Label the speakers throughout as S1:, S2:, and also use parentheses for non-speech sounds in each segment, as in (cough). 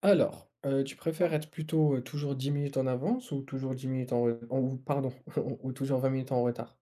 S1: Alors, tu préfères être plutôt, toujours 10 minutes en avance ou toujours 10 minutes ou pardon, (laughs) ou toujours 20 minutes en retard?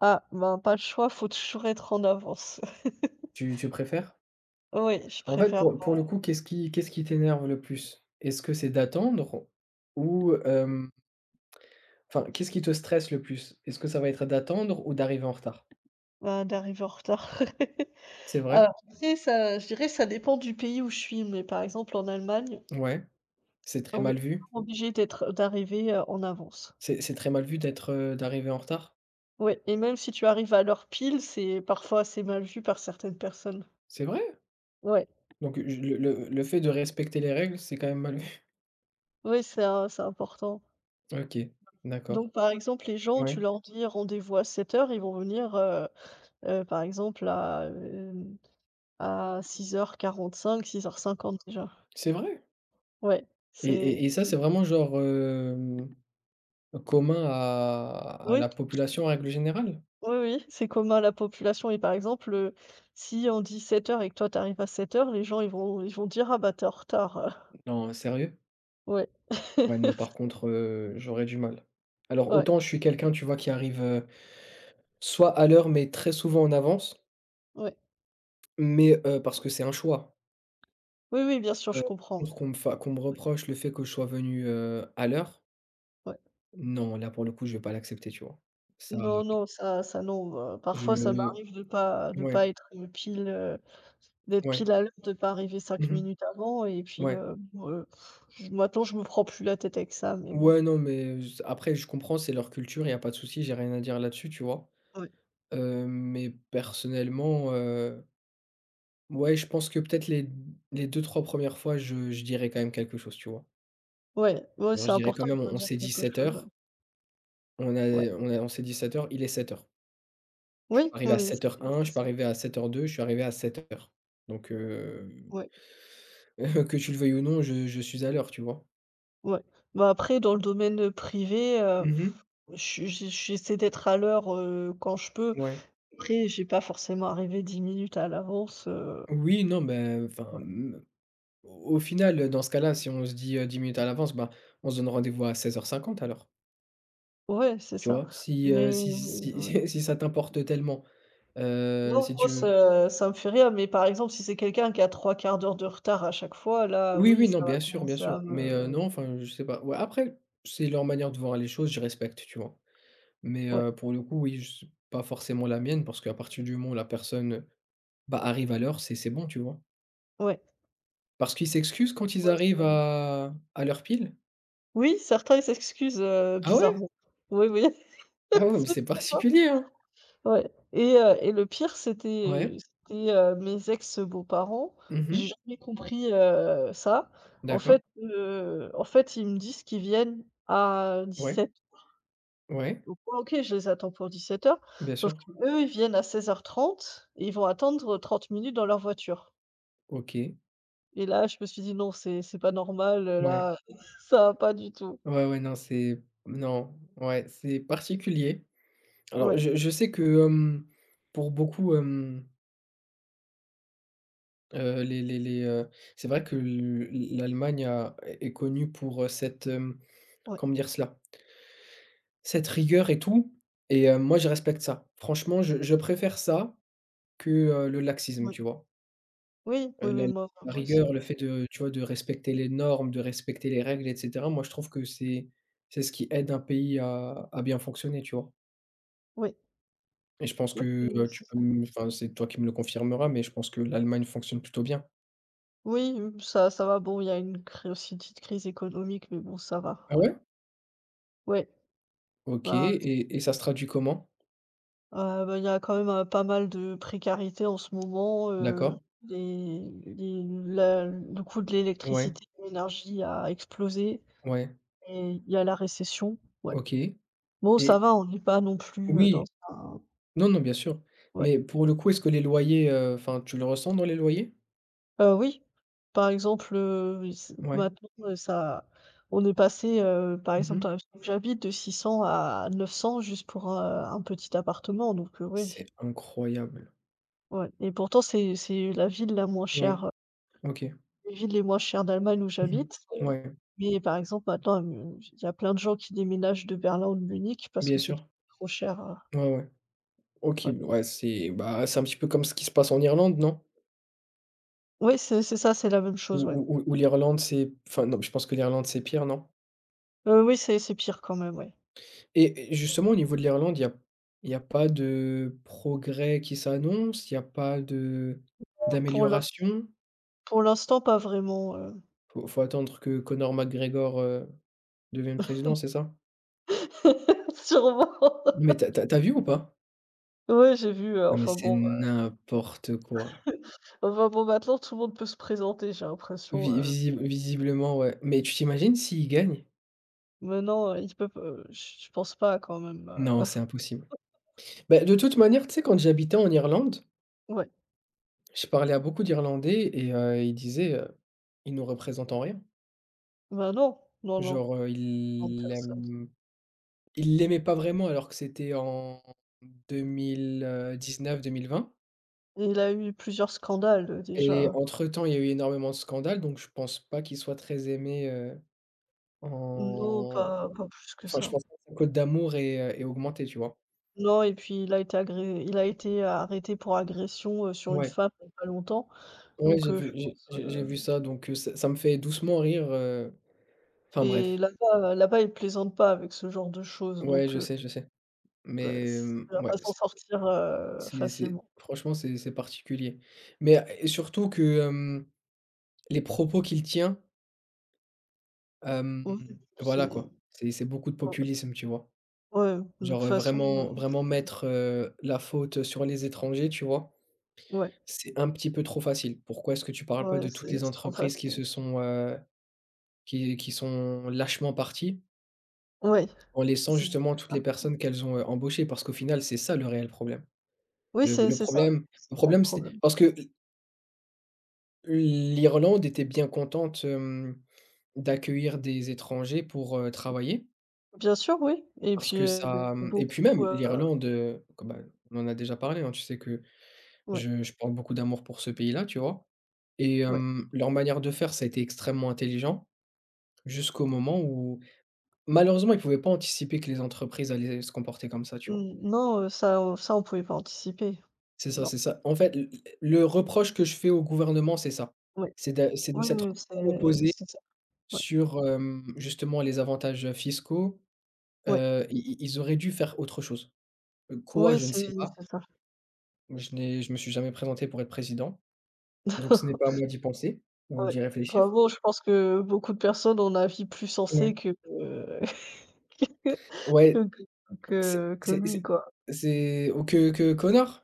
S2: Ah, ben, pas le choix, faut toujours être en avance. (laughs)
S1: Tu préfères?
S2: Oui, je
S1: En fait,
S2: préfère,
S1: pour le coup, qu'est-ce qui t'énerve le plus? Est-ce que c'est d'attendre ou enfin, qu'est-ce qui te stresse le plus? Est-ce que ça va être d'attendre ou d'arriver en retard?
S2: ben, d'arriver en retard. (laughs)
S1: C'est vrai?
S2: Alors après ça je dirais ça dépend du pays où je suis, mais par exemple en Allemagne,
S1: Ouais. C'est très
S2: on est
S1: mal vu?
S2: obligé d'être d'arriver, en avance.
S1: C'est très mal vu d'être, d'arriver en retard?
S2: Ouais et même si tu arrives à l'heure pile, c'est parfois assez mal vu par certaines personnes.
S1: C'est vrai?
S2: Ouais,
S1: Donc je le fait de respecter les règles, c'est quand même mal vu?
S2: oui, c'est important.
S1: (laughs) OK,
S2: Donc
S1: d'accord.
S2: par exemple, les gens,
S1: Ouais.
S2: tu leur dis: «Rendez-vous à 7:00», ils vont venir, par exemple à, euh, à six heures quarante-cinq, six heures cinquante déjà.
S1: C'est vrai?
S2: Ouais,
S1: Et et et ça, c'est
S2: c'est
S1: vraiment genre, commun à
S2: Oui,
S1: la population en règle générale?
S2: oui, oui, c'est commun à la population et par exemple, si on dit sept heures et que toi t'arrives à sept heures, les gens ils vont dire: «Ah bah, t'es en retard.» (laughs)
S1: Non, sérieux?
S2: Ouais.
S1: Ouais, non, par
S2: (laughs)
S1: contre, j'aurais du mal. Alors
S2: Ouais,
S1: autant je suis quelqu'un, tu vois, qui arrive, soit à l'heure, mais très souvent en avance,
S2: ouais.
S1: mais parce que c'est un choix.
S2: Oui, oui, bien sûr, je
S1: Par
S2: comprends.
S1: contre qu'on me reproche le fait que je sois venu, à l'heure,
S2: Ouais.
S1: non, là, pour le coup, je vais pas l'accepter, tu vois? Ça,
S2: Non, non, ça ça non, parfois ça
S1: je
S2: m'arrive de
S1: ouais,
S2: pas être, pile, d'être
S1: ouais.
S2: pile à l'heure, de pas arriver cinq
S1: Mmh.
S2: minutes avant et puis,
S1: Ouais.
S2: bon, je maintenant je me prends plus la tête avec ça, mais bon.
S1: Ouais, non, mais z après je comprends, c'est leur culture, il y a pas de souci, j'ai rien à dire là-dessus, tu vois?
S2: Ouais.
S1: Mais personnellement, ouais, je pense que peut-être les 2-3 1 fois, je dirais quand même quelque chose, tu vois?
S2: Ouais, ouais,
S1: Ouais.
S2: c'est
S1: Je dirais quand
S2: important, il
S1: même,
S2: faut
S1: on
S2: dire
S1: s'est dit
S2: quelque chose, ouais.
S1: 7h,
S2: Ouais.
S1: on s'est dit 7h. Il est 7h. Je suis
S2: Oui,
S1: pas
S2: oui,
S1: arrivé à
S2: oui,
S1: sept heures un. Je
S2: c'est
S1: suis pas
S2: ça.
S1: arrivé à 7h02. Je suis arrivé à 7h. Donc
S2: Ouais,
S1: (laughs) que tu le veuilles ou non, je suis à l'heure, tu vois?
S2: ouais. Bah, après dans le domaine privé,
S1: Mmh.
S2: je j'essaie d'être à l'heure, quand je peux.
S1: Ouais.
S2: Après, j'ai pas forcément arrivé 10 minutes à l'avance,
S1: Oui, non, Ben.
S2: ouais.
S1: Au au final, dans ce cas-là, si on se dit, 10 minutes à l'avance, bah, on se donne rendez-vous à 16h50. Alors.
S2: Ouais, c'est
S1: Tu
S2: ça.
S1: vois? Si,
S2: Mais
S1: si si
S2: ouais.
S1: si si ça t'importe tellement,
S2: Non,
S1: si
S2: moi
S1: tu veux
S2: ça ça me fait rire, mais par exemple, si c'est quelqu'un qui a trois quarts d'heure de retard à chaque fois, là,
S1: oui,
S2: oui,
S1: oui, non,
S2: ça va
S1: bien
S2: commencer à
S1: sûr, mais non,
S2: me
S1: enfin, je sais pas. Ouais, après, c'est leur manière de voir les choses, je respecte, tu vois? Mais
S2: ouais,
S1: pour le coup, oui, je pas forcément la mienne parce qu'à partir du moment où la personne, bah, arrive à l'heure, c'est bon, tu vois?
S2: ouais,
S1: Parce qu'ils s'excusent quand ils
S2: ouais, c'est
S1: arrivent à l'heure pile?
S2: oui, certains ils s'excusent,
S1: Ah ouais?
S2: bizarrement. Oui, oui. (laughs)
S1: Ah ouais, mais
S2: C'est
S1: c'est
S2: ça.
S1: particulier, hein?
S2: Ouais et le pire,
S1: Ouais.
S2: c'était, mes ex-beaux-parents.
S1: Mmh
S2: J'ai
S1: mh.
S2: jamais compris, ça.
S1: D'accord.
S2: En fait, ils me disent qu'ils viennent à
S1: Ouais.
S2: 17:00.
S1: Ouais.
S2: Donc moi, OK, je les attends pour 17:00,
S1: Bien
S2: sauf
S1: sûr.
S2: que eux ils viennent à 16:30 et ils vont attendre 30 minutes dans leur voiture
S1: OK.
S2: et là, je me suis dit: «Non, c'est pas normal,
S1: Ouais.
S2: là, (laughs) ça va pas du tout.»
S1: Ouais, ouais, non, c'est non, ouais, c'est particulier. Alors,
S2: Ouais,
S1: je sais que, pour beaucoup, heu, les les les, heu, c'est vrai que le l'Allemagne a est connue pour, cette,
S2: ouais,
S1: comment dire cela? Cette rigueur et tout et moi je respecte ça. Franchement, je préfère ça que, le laxisme,
S2: ouais.
S1: tu vois?
S2: Oui, oui,
S1: Heu, la
S2: oui, moi
S1: la
S2: moi aussi.
S1: rigueur, le fait de, tu vois, de respecter les normes, de respecter les règles et cetera, moi je trouve que c'est ce qui aide un pays à bien fonctionner, tu vois?
S2: Oui,
S1: Et je pense
S2: oui,
S1: que,
S2: c'est
S1: tu peux
S2: ça.
S1: me enfin, c'est toi qui me le confirmeras, mais je pense que l'Allemagne fonctionne plutôt bien.
S2: Oui, mmh, ça ça va, bon, il y a une cr aussi une petite crise économique, mais bon, ça va,
S1: Ah
S2: ouais.
S1: ouais?
S2: Ouais,
S1: OK
S2: bah,
S1: et ça se traduit comment?
S2: bah, il y a quand même, pas mal de précarité en ce moment,
S1: D'accord.
S2: les la le coût de
S1: Ouais,
S2: l'électricité, de l'énergie a explosé
S1: ouais,
S2: et il y a la récession, ouais.
S1: OK et
S2: Bon, ça va, on n'est pas non plus, dans
S1: oui,
S2: un
S1: non, non, bien sûr,
S2: ouais.
S1: mais pour le coup, est-ce que les loyers, enfin, tu le ressens dans les loyers?
S2: Oui, par exemple, s
S1: Ouais.
S2: maintenant, ça on est passé, par exemple
S1: Mmh.
S2: dans la ville où j'habite de 600 à 900 juste pour, un petit appartement donc oui,
S1: C'est incroyable.
S2: ouais et pourtant c'est la ville la moins chère,
S1: Ouais, OK.
S2: les villes les moins chères d'Allemagne où
S1: Mmh.
S2: j'habite,
S1: Ouais,
S2: mais par exemple maintenant, il y a plein de gens qui déménagent de Berlin ou de Munich parce que
S1: bien
S2: c'est
S1: sûr.
S2: devenu trop cher,
S1: Ouais, ouais. OK,
S2: ouais.
S1: ouais, c'est, bah, c'est un petit peu comme ce qui se passe en Irlande, non?
S2: Oui, c'est ça, c'est la même chose, ouais.
S1: Ou l'Irlande, c'est enfin, non, je pense que l'Irlande, c'est pire, non?
S2: Oui, c'est pire quand même, ouais.
S1: Et justement, au niveau de l'Irlande, il y a pas de progrès qui s'annonce? Il y a pas de
S2: Pour l'ins
S1: d'amélioration?
S2: pour l'instant, pas vraiment,
S1: Faut faut attendre que Conor McGregor, devienne président, c'est ça?
S2: (laughs) Sûrement.
S1: Mais t'as tu vu ou pas?
S2: Ouais, j'ai vu,
S1: Non, mais
S2: enfin
S1: c'est
S2: bon,
S1: n'importe quoi.
S2: (laughs) enfin bon, maintenant tout le monde peut se présenter, j'ai l'impression,
S1: Vi visi visiblement, ouais. Mais tu t'imagines s'il gagne?
S2: maintenant, ils peuvent, je pense pas quand même,
S1: Non, c'est
S2: (laughs)
S1: impossible. Bah, de toute manière, tu sais, quand j'habitais en Irlande,
S2: ouais.
S1: je parlais à beaucoup d'Irlandais et ils disaient, «Ils nous représentent en rien».
S2: Bah, non, non, non,
S1: Genre,
S2: non,
S1: ils
S2: personne.
S1: aiment Il l'aimait pas vraiment alors que c'était en 2019 1020
S2: Et il a eu plusieurs scandales,
S1: et
S2: déjà.
S1: entre-temps, il y a eu énormément de scandales, donc je pense pas qu'il soit très aimé,
S2: Non,
S1: en
S2: pas pas plus que
S1: enfin, je
S2: ça.
S1: pense pas que sa cote d'amour est ait augmenté, tu vois?
S2: Non et puis il a été arrêté pour agression, sur une
S1: Ouais,
S2: femme il y a pas longtemps,
S1: ouais,
S2: donc je pense,
S1: j'ai vu ça, donc ça ça me fait doucement rire, enfin
S2: et
S1: bref.
S2: là-bas là-bas, ils plaisantent pas avec ce genre de choses,
S1: Ouais,
S2: donc
S1: je sais,
S2: heu,
S1: mais
S2: on va pas
S1: ouais,
S2: s'en sortir,
S1: c'est
S2: facilement.
S1: franchement, c'est particulier, mais et surtout que, les propos qu'il tient Hem,
S2: Oui,
S1: voilà
S2: c'est
S1: quoi, c'est beaucoup de
S2: ouais,
S1: populisme, tu vois?
S2: ouais, de toute
S1: Genre,
S2: façon,
S1: vraiment mettre, la faute sur les étrangers, tu vois?
S2: ouais,
S1: C'est un petit peu trop facile. Pourquoi est-ce que tu parles pas
S2: ouais,
S1: de toutes les
S2: c'est trop
S1: entreprises qui
S2: facile.
S1: se sont, qui sont lâchement parties,
S2: Ouais,
S1: en laissant
S2: c'est
S1: justement
S2: c'est
S1: toutes les
S2: ça.
S1: personnes qu'elles ont, embauchées? Parce qu'au final, c'est ça le réel problème.
S2: Oui,
S1: Le le problème
S2: c'est
S1: le
S2: ça le
S1: problème c'est
S2: problème.
S1: parce que l'Irlande était bien contente, d'accueillir des étrangers pour, travailler.
S2: Bien sûr, oui et
S1: Parce
S2: puis,
S1: que ça, mmh et
S2: beaucoup,
S1: puis même
S2: heu,
S1: l'Irlande, comme, bah, on en a déjà parlé, hein, tu sais que
S2: ouais,
S1: je porte beaucoup d'amour pour ce pays-là, tu vois? Et
S2: ouais.
S1: leur manière de faire, ça a été extrêmement intelligent jusqu'au moment où malheureusement, ils ne pouvaient pas anticiper que les entreprises allaient se comporter comme ça, tu vois?
S2: N non, ça on ça on pouvait pas anticiper. Non.
S1: C'est ça. En fait, l le reproche que je fais au gouvernement, c'est ça.
S2: Ouais.
S1: C'est de
S2: Oui, oui,
S1: s'être
S2: oui,
S1: reposé
S2: c'est ça. Ouais,
S1: sur, justement les avantages, fiscaux,
S2: ouais,
S1: i i ils auraient dû faire autre chose. Quoi?
S2: ouais,
S1: Je ne sais pas.
S2: c'est ça.
S1: Je me suis jamais présenté pour être président, donc ce n'est pas à
S2: (laughs)
S1: moi d'y penser ou
S2: Ouais.
S1: d'y
S2: Enfin
S1: réfléchir.
S2: bon, je pense que beaucoup de personnes ont un avis plus sensé
S1: Ouais,
S2: que, que
S1: ouais,
S2: que
S1: c'est
S2: que
S1: c'est
S2: lui
S1: c'est
S2: quoi.
S1: c'est oh que Connor?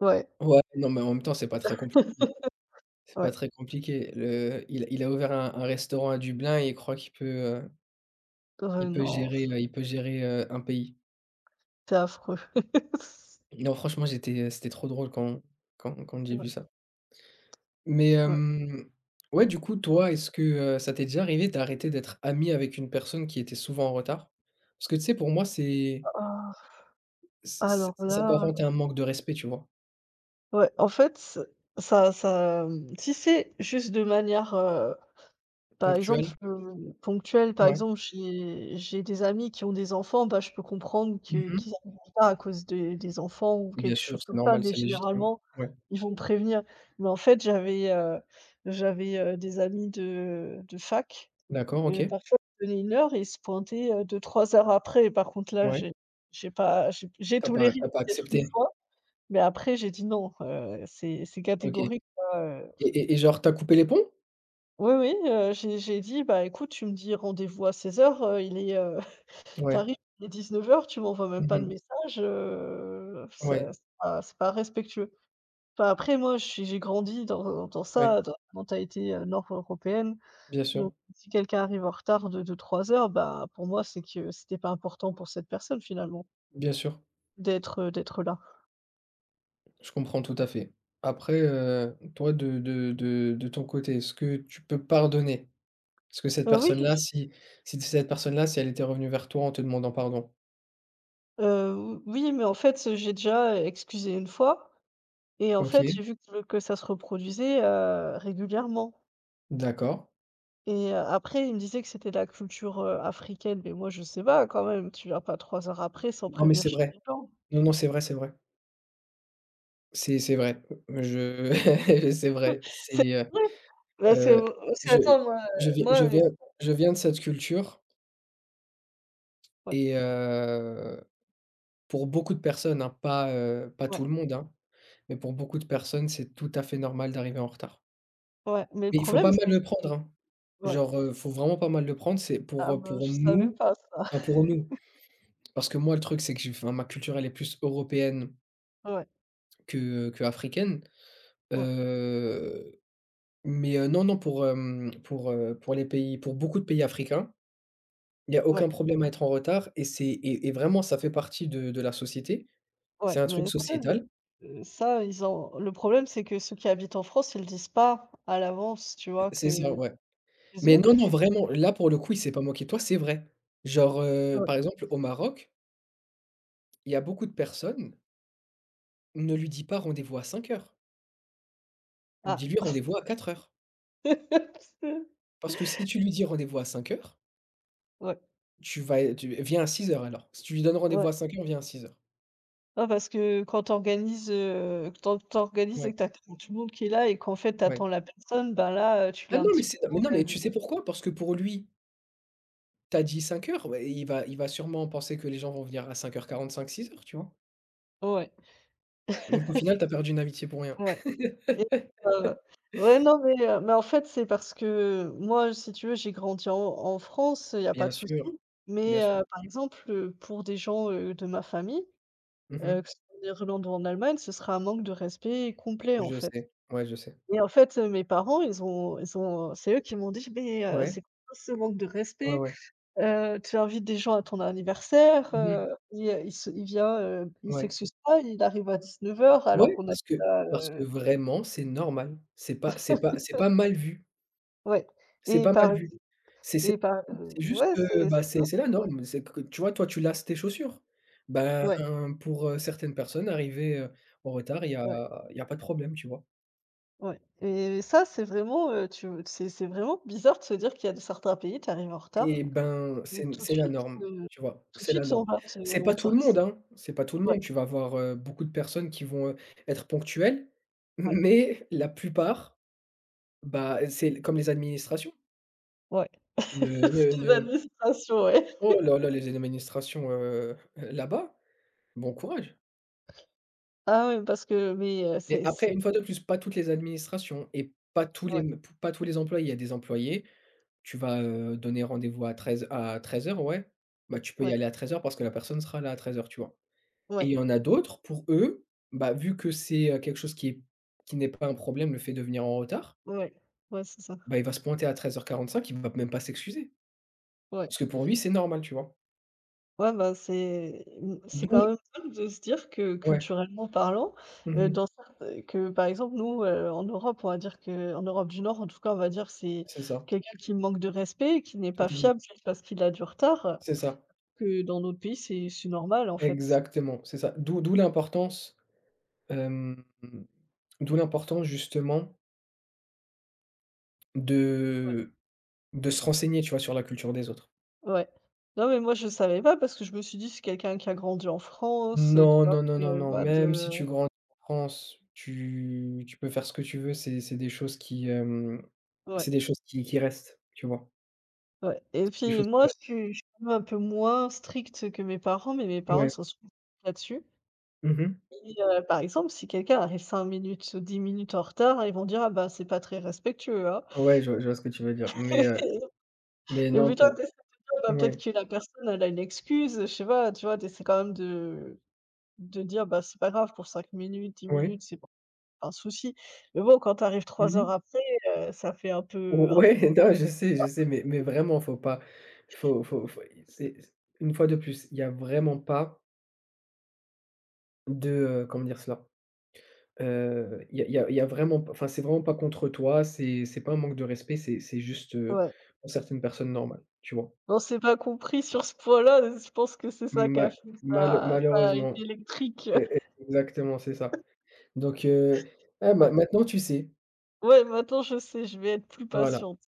S2: Ouais.
S1: Ouais, non, mais en même temps, c'est pas très compliqué.
S2: (laughs)
S1: C'est pas
S2: Ouais.
S1: très compliqué. Le il a ouvert un restaurant à Dublin et il croit qu'il peut,
S2: Non,
S1: il peut gérer, un pays.
S2: c'est affreux. (laughs)
S1: Non, franchement, j'étais, c'était trop drôle quand quand j'ai
S2: Ouais,
S1: vu ça. Mais
S2: ouais,
S1: ouais, du coup,
S2: ouais.
S1: toi, est-ce que, ça t'est déjà arrivé d'arrêter d'être ami avec une personne qui était souvent en retard? Parce que, tu sais, pour moi, c'est
S2: Ah,
S1: c c
S2: alors
S1: ça
S2: là,
S1: s'apparente à un manque de respect, tu vois?
S2: ouais, en fait, ça ça, mmh, si c'est juste de manière, par
S1: Ponctuel
S2: exemple, ponctuel, par
S1: ouais.
S2: exemple, j'ai des amis qui ont des enfants, bah, je peux comprendre que qu'ils
S1: Mmh.
S2: arriveront pas à cause des enfants ou
S1: Bien
S2: quelque
S1: sûr,
S2: chose
S1: c'est
S2: comme ça,
S1: normal,
S2: mais
S1: c'est légitime.
S2: généralement,
S1: Ouais.
S2: ils vont me prévenir. Mais en fait, j'avais, des amis de fac,
S1: D'accord, OK.
S2: parfois ils donnaient une heure et ils se pointaient, 2-3 heures après. Par contre là,
S1: Ouais.
S2: j'ai pas j'ai j'ai toléré
S1: T'as pas
S2: peut-être une
S1: accepté?
S2: fois, mais après j'ai dit: «Non, c'est
S1: OK.
S2: catégorique, là, heu».
S1: Et genre, t'as coupé les ponts?
S2: Oui, oui, j'ai dit: «Bah, écoute, tu me dis rendez-vous à 16:00, il est, tu
S1: Ouais.
S2: arrives, (laughs) il est dix-neuf heures, tu m'envoies même pas de
S1: Mmh.
S2: message,
S1: Ouais,
S2: ça c'est pas respectueux». Enfin, après moi, je suis j'ai grandi dans
S1: ouais,
S2: ça, dans la mentalité, nord-européenne,
S1: bien
S2: donc
S1: sûr,
S2: si quelqu'un arrive en retard de deux trois heures, bah, pour moi, c'est que c'était pas important pour cette personne finalement
S1: bien sûr.
S2: d'être, d'être là.
S1: Je comprends tout à fait. Après, toi, de ton côté, est-ce que tu peux pardonner? Parce que cette
S2: Oui,
S1: personne-là, si cette personne-là, si elle était revenue vers toi en te demandant pardon,
S2: oui, mais en fait, j'ai déjà excusé une fois et en
S1: OK,
S2: fait, j'ai vu que ça se reproduisait, régulièrement.
S1: d'accord.
S2: Et après, il me disait que c'était de la culture, africaine, mais moi je sais pas quand même, tu viens pas 3 heures après sans
S1: Non, mais
S2: prévenir
S1: c'est
S2: chez
S1: vrai.
S2: les gens.
S1: Non, non, c'est vrai, c'est vrai. C'est vrai. Je (laughs) c'est vrai.
S2: (laughs) C'est
S1: C'est,
S2: vrai, parce que,
S1: heu,
S2: parce
S1: je
S2: qu'attends moi,
S1: je viens
S2: moi,
S1: je viens de cette culture
S2: ouais,
S1: et pour beaucoup de personnes, hein, pas, pas
S2: ouais,
S1: tout le monde, hein, mais pour beaucoup de personnes, c'est tout à fait normal d'arriver en retard.
S2: ouais, mais le
S1: Mais il faut
S2: problème
S1: pas mal
S2: c'est
S1: le prendre,
S2: que
S1: hein.
S2: ouais,
S1: Genre, faut vraiment pas mal le prendre, c'est
S2: ah ben, je
S1: pour
S2: savais
S1: nous,
S2: pas ça.
S1: enfin
S2: (laughs)
S1: pour nous Parce que moi, le truc, c'est que j'ai enfin, ma culture, elle est plus européenne
S2: Ouais,
S1: que africaine.
S2: ouais,
S1: Heu, mais non, non, pour, pour les pays pour beaucoup de pays africains, il y a aucun
S2: ouais,
S1: problème à être en retard et c'est et vraiment, ça fait partie de la société.
S2: ouais,
S1: C'est un truc
S2: mais ça, je
S1: sociétal.
S2: ça ils ont. Le problème c'est que ceux qui habitent en France, ils le disent pas à l'avance, tu vois?
S1: C'est ça,
S2: Que
S1: ouais.
S2: chez
S1: Mais
S2: eux
S1: non, non, vraiment, là, pour le coup, il s'est pas moqué de toi, c'est vrai. Genre,
S2: ouais,
S1: par exemple, au Maroc, il y a beaucoup de personnes, ne lui dis pas rendez-vous à 5h.
S2: ah,
S1: Dis-lui rendez-vous à 4h.
S2: (laughs)
S1: Parce que si tu lui dis rendez-vous à 5h.
S2: ouais,
S1: Tu vas tu viens à 6h. Alors. Si tu lui donnes rendez-vous
S2: ouais.
S1: à 5h, viens à 6h.
S2: Non, parce que quand tu organises, quand tu et
S1: Ouais,
S2: que tu attends tout le monde qui est là et qu'en fait, tu
S1: ouais.
S2: attends la personne, ben là, tu
S1: Ah
S2: l'as un
S1: non, mais
S2: petit peu
S1: c'est mais non, mais
S2: mauvaise.
S1: tu sais pourquoi? Parce que pour lui, tu as dit 5h, ouais, il va sûrement penser que les gens vont venir à 5h40, 6h. Tu vois?
S2: Ouais,
S1: Donc au final, tu as perdu une amitié pour rien.
S2: ouais
S1: (laughs)
S2: et heu, ouais, non, mais en fait, c'est parce que moi, si tu veux, j'ai grandi en France, il y a pas
S1: Bien
S2: de souci,
S1: sûr, bien
S2: mais
S1: sûr.
S2: par exemple, pour des gens, de ma famille,
S1: Mmh.
S2: que ce soit en Irlande ou en Allemagne, ce sera un manque de respect complet, en fait
S1: Je sais.
S2: et en fait, mes parents, ils ont c'est eux qui m'ont dit: «Mais
S1: Ouais,
S2: c'est quoi ce manque de
S1: ouais,
S2: respect?»
S1: ouais.
S2: Tu invites des gens à ton anniversaire,
S1: Mmh.
S2: il vient, il
S1: Ouais.
S2: s'excuse pas, il arrive à dix-neuf heures alors
S1: Ouais,
S2: qu'on a
S1: parce que
S2: déjà,
S1: vraiment, c'est normal. C'est pas mal vu.
S2: ouais
S1: C'est
S2: et
S1: pas
S2: par
S1: mal
S2: ex
S1: vu. C'est
S2: et par
S1: c'est juste,
S2: ouais, c'est
S1: bah, c'est
S2: ça.
S1: c'est la
S2: Ouais,
S1: norme. C'est que tu vois, toi, tu lasses tes chaussures. Ben,
S2: ouais,
S1: pour, certaines personnes, arriver, en retard, il y a
S2: ouais,
S1: il y a pas de problème, tu vois?
S2: ouais et ça, c'est vraiment, tu c'est vraiment bizarre de se dire qu'il y a certains pays, tu arrives en retard,
S1: Et ben,
S2: donc
S1: c'est la norme, tu vois?
S2: tout de
S1: C'est la
S2: suite,
S1: norme.
S2: on va
S1: C'est
S2: te
S1: pas
S2: te
S1: tout le monde,
S2: reti
S1: hein, c'est pas tout le
S2: ouais,
S1: monde. Tu vas avoir, beaucoup de personnes qui vont, être ponctuelles,
S2: ouais,
S1: mais la plupart, bah, c'est comme les administrations.
S2: ouais. (laughs)
S1: Ne ne
S2: C'est des
S1: ne
S2: administrations, ouais.
S1: oh là là, les administrations, là-bas, bon courage!
S2: Ah ouais, parce que mais,
S1: Mais
S2: c'est
S1: après, une fois de plus, pas toutes les administrations et pas tous les
S2: ouais,
S1: m pas tous les employés. Il y a des employés, tu vas, donner rendez-vous à 13h, ouais, bah, tu peux
S2: ouais,
S1: y aller à 13h parce que la personne sera là à 13h, tu vois? Et
S2: ouais.
S1: il y en a d'autres, pour eux, bah, vu que c'est, quelque chose qui est qui n'est pas un problème, le fait de venir en retard,
S2: Ouais, ouais, c'est ça.
S1: bah, il va se pointer à 13h45. Il va même pas s'excuser.
S2: Ouais.
S1: Parce que pour lui, c'est normal, tu vois?
S2: Ouais, bah, c'est mmh, c'est
S1: D'où
S2: quand même dingue de se dire que
S1: ouais,
S2: culturellement parlant,
S1: mmh
S2: dans certes que par exemple nous, en Europe, on va dire que en Europe du Nord en tout cas, on va dire que c'est
S1: c'est ça,
S2: quelqu'un qui manque de respect, qui n'est pas
S1: totalement.
S2: fiable juste parce qu'il a du retard,
S1: C'est ça,
S2: que dans d'autres pays c'est normal en fait.
S1: exactement, c'est ça. D'où l'importance Hem, d'où l'importance justement
S2: Ouais,
S1: de de se renseigner, tu vois, sur la culture des autres.
S2: ouais. Non mais moi je savais pas parce que je me suis dit: «C'est quelqu'un qui a grandi en France», tu
S1: Non,
S2: vois?
S1: non, non,
S2: Et
S1: non, non,
S2: bah
S1: même si
S2: de
S1: tu grandis en France, tu peux faire ce que tu veux, c'est des choses qui,
S2: ouais.
S1: c'est des choses qui restent, tu vois?
S2: Ouais et
S1: Des
S2: puis
S1: choses qui
S2: moi,
S1: restent.
S2: je suis quand même un peu moins stricte que mes parents, mais mes parents, ils
S1: Ouais.
S2: sont super là-dessus
S1: Mmh.
S2: et par exemple, si quelqu'un arrive 5 minutes ou 10 minutes en retard, ils vont dire: «Ah bah, c'est pas très respectueux, hein.»
S1: Ouais, je vois ce que tu veux dire,
S2: (laughs)
S1: mais
S2: Et
S1: non
S2: plutôt d'essayer
S1: pour
S2: de dire, bah, peut-être
S1: ouais,
S2: que la personne, elle a une excuse, je sais pas, tu vois? D'essayer quand même de dire: «Bah, c'est pas grave pour 5 minutes, 10
S1: ouais.
S2: minutes, c'est pas un souci.» Mais bon, quand tu arrives 3 heures
S1: Mmh.
S2: après, ça fait un
S1: Ou
S2: peu
S1: ouais, (laughs) non, je sais, mais vraiment, faut pas faut faut faut c'est une fois de plus, il y a vraiment pas De, comment dire cela? Il y a vraiment p enfin, c'est vraiment pas contre toi, c'est pas un manque de respect, c'est juste,
S2: ouais.
S1: pour certaines personnes normales, tu vois?
S2: On s'est pas compris sur ce point-là, je pense que c'est ça qui
S1: Ma
S2: a fait que
S1: mal
S2: ça ça a été
S1: malheureusement,
S2: électrique. (laughs)
S1: exactement, c'est ça. Donc ah ma
S2: Ouais.
S1: maintenant tu sais,
S2: Ouais, maintenant je sais, je vais être plus
S1: voilà.
S2: patiente.